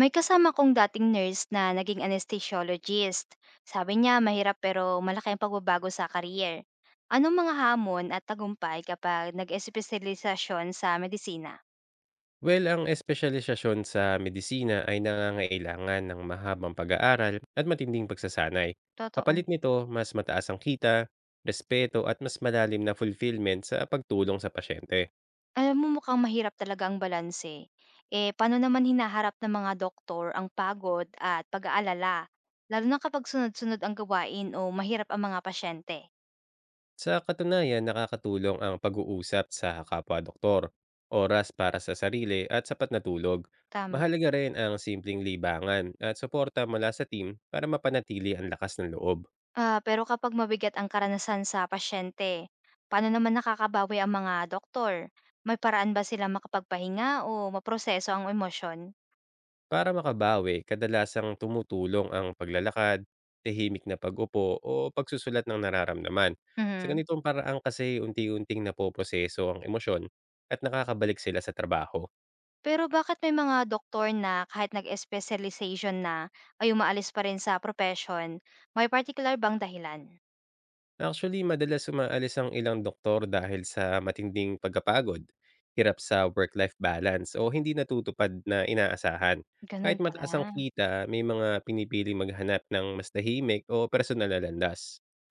May kasama kong dating nurse na naging anesthesiologist. Sabi niya mahirap pero malaki ang pagbabago sa career. Anong mga hamon at tagumpay kapag nag-espesyalisasyon sa medisina? Well, ang espesyalisasyon sa medisina ay nangangailangan ng mahabang pag-aaral at matinding pagsasanay. Totoo. Kapalit nito, mas mataas ang kita, respeto at mas malalim na fulfillment sa pagtulong sa pasyente. Alam mo mukhang mahirap talaga ang balanse. Eh, paano naman hinaharap ng mga doktor ang pagod at pag-aalala? Lalo na kapag sunod-sunod ang gawain o mahirap ang mga pasyente. Sa katunayan, nakakatulong ang pag-uusap sa kapwa-doktor, oras para sa sarili at sapat na tulog. Tama. Mahalaga rin ang simpleng libangan at suporta mula sa team para mapanatili ang lakas ng loob. Ah, pero kapag mabigat ang karanasan sa pasyente, paano naman nakakabawi ang mga doktor? May paraan ba sila makapagpahinga o maproseso ang emosyon? Para makabawi, kadalasang tumutulong ang paglalakad, tahimik na pag-upo o pagsusulat ng nararamdaman. Sa Mhm. ganitong paraan kasi unti-unting napoproseso ang emosyon at nakakabalik sila sa trabaho. Pero bakit may mga doktor na kahit nag-specialization na ay umaalis pa rin sa profession? May particular bang dahilan? Actually, madalas umaalis ang ilang doktor dahil sa matinding pagkapagod, hirap sa work-life balance o hindi natutupad na inaasahan. Ganun Kahit mataas ang pala. kita, may mga pinipili maghanap ng mas tahimik o personal na landas.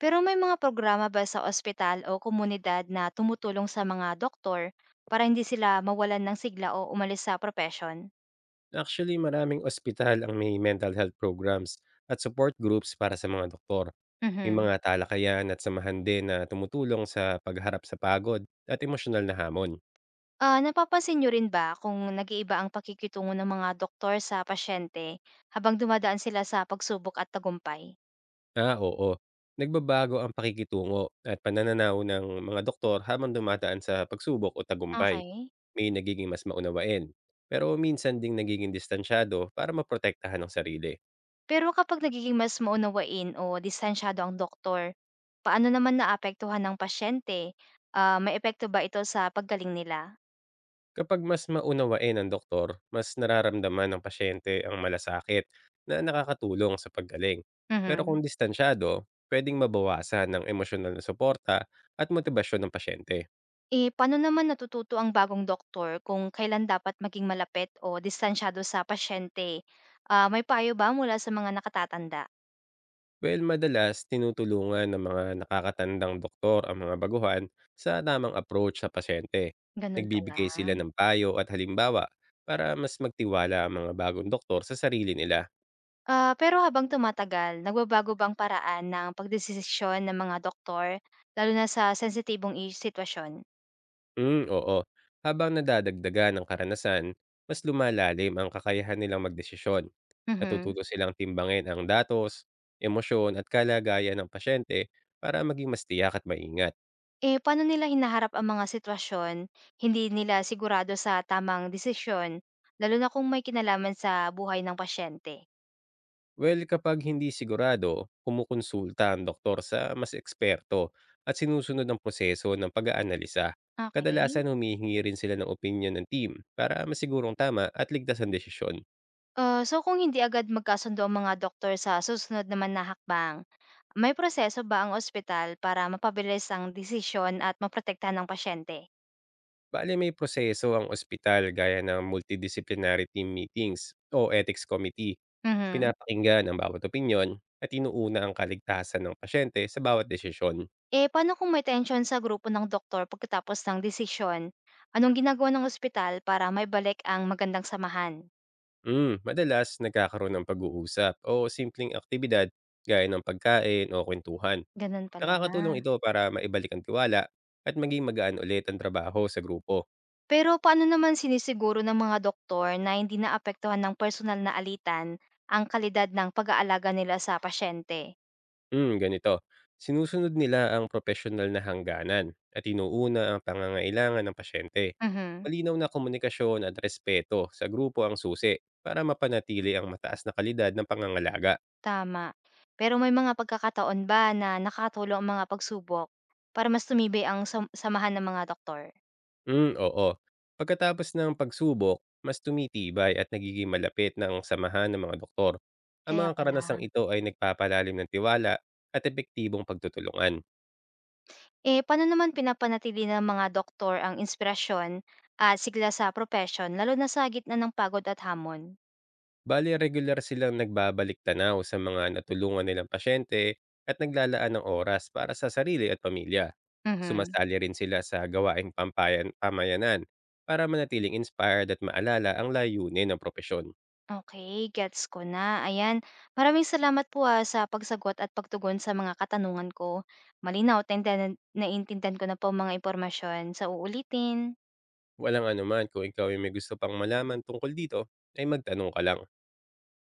Pero may mga programa ba sa ospital o komunidad na tumutulong sa mga doktor para hindi sila mawalan ng sigla o umalis sa profession? Actually, maraming ospital ang may mental health programs at support groups para sa mga doktor. May Mhm. mga talakayan at samahan din na tumutulong sa pagharap sa pagod at emosyonal na hamon. Ah, napapansin niyo rin ba kung nag-iiba ang pakikitungo ng mga doktor sa pasyente habang dumadaan sila sa pagsubok at tagumpay? Ah, oo. Nagbabago ang pakikitungo at panananaw ng mga doktor habang dumadaan sa pagsubok o tagumpay. Okay. May nagiging mas maunawain. Pero minsan ding nagiging distansyado para maprotektahan ang sarili. Pero kapag nagiging mas maunawain o distansyado ang doktor, paano naman naapektuhan ng pasyente? Ah, may epekto ba ito sa paggaling nila? Kapag mas maunawain ng doktor, mas nararamdaman ng pasyente ang malasakit na nakakatulong sa paggaling. Pero Mhm. kung distansyado, pwedeng mabawasan ng emosyonal na suporta at motibasyon ng pasyente. Eh, paano naman natututo ang bagong doktor kung kailan dapat maging malapit o distansyado sa pasyente? Ah, may payo ba mula sa mga nakatatanda? Well, madalas tinutulungan ng mga nakakatandang doktor ang mga baguhan sa tamang approach sa pasyente. Ganun pala. Nagbibigay sila ng payo at halimbawa para mas magtiwala ang mga bagong doktor sa sarili nila. Ah, pero habang tumatagal, nagbabago bang paraan ng pagdesisisyon ng mga doktor, lalo na sa sensitibong sitwasyon? Oo. Habang nadadagdagan ng karanasan, mas lumalalim ang kakayahan nilang magdesisyon. Mhm. Natututo silang timbangin ang datos, emosyon at kalagayan ng pasyente para maging mas tiyak at maingat. Eh, paano nila hinaharap ang mga sitwasyon hindi nila sigurado sa tamang desisyon, lalo na kung may kinalaman sa buhay ng pasyente? Well, kapag hindi sigurado, kumukonsulta ang doktor sa mas eksperto at sinusunod ang proseso ng pag-aanalisa. Okay. Kadalasan humihingi rin sila ng opinion ng team para masigurong tama at ligtas ang desisyon. So kung hindi agad magkasundo ang mga doktor sa susunod naman na hakbang, may proseso ba ang ospital para mapabilis ang desisyon at maprotektahan ng pasyente? Bale may proseso ang ospital gaya ng multidisciplinary team meetings o ethics committee. Mhm. Pinapakinggan ang bawat opinyon at inuuna ang kaligtasan ng pasyente sa bawat desisyon. Eh, paano kung may tension sa grupo ng doktor pagkatapos ng desisyon? Anong ginagawa ng ospital para maibalik ang magandang samahan? Madalas nagkakaroon ng pag-uusap o simpleng aktibidad gaya ng pagkain o kwentuhan. Ganun pala. Nakakatulong ito para maibalik ang tiwala at maging magaan ulit ang trabaho sa grupo. Pero paano naman sinisiguro ng mga doktor na hindi naapektuhan ng personal na alitan ang kalidad ng pag-aalaga nila sa pasyente? Ganito. Sinusunod nila ang propesyonal na hangganan at inuuna ang pangangailangan ng pasyente. Mhm, Malinaw na komunikasyon at respeto sa grupo ang susi para mapanatili ang mataas na kalidad ng pangangalaga. tama. Pero may mga pagkakataon ba na nakatulong ang mga pagsubok para mas tumibay ang samahan ng mga doktor? Oo. Pagkatapos ng pagsubok, mas tumitibay at nagiging malapit na ang samahan ng mga doktor. Ang Kaya mga pala. karanasang ito ay nagpapalalim ng tiwala at epektibong pagtutulungan. Eh, paano naman pinapanatili ng mga doktor ang inspirasyon at sigla sa profession, lalo na sa gitna ng pagod at hamon? Bale regular silang nagbabalik-tanaw sa mga natulungan nilang pasyente at naglalaan ng oras para sa sarili at pamilya. Mhm. Sumasali rin sila sa gawaing pampayan pamayanan para manatiling inspired at maalala ang layunin ng propesyon. Okay, gets ko na. Ayan, maraming salamat po, sa pagsagot at pagtugon sa mga katanungan ko. Malinaw at nainten naintindihan naiintindihan ko na po ang mga impormasyon. Sa uulitin. Walang anuman kung ikaw ay may gusto pang malaman tungkol dito, ay magtanong ka lang.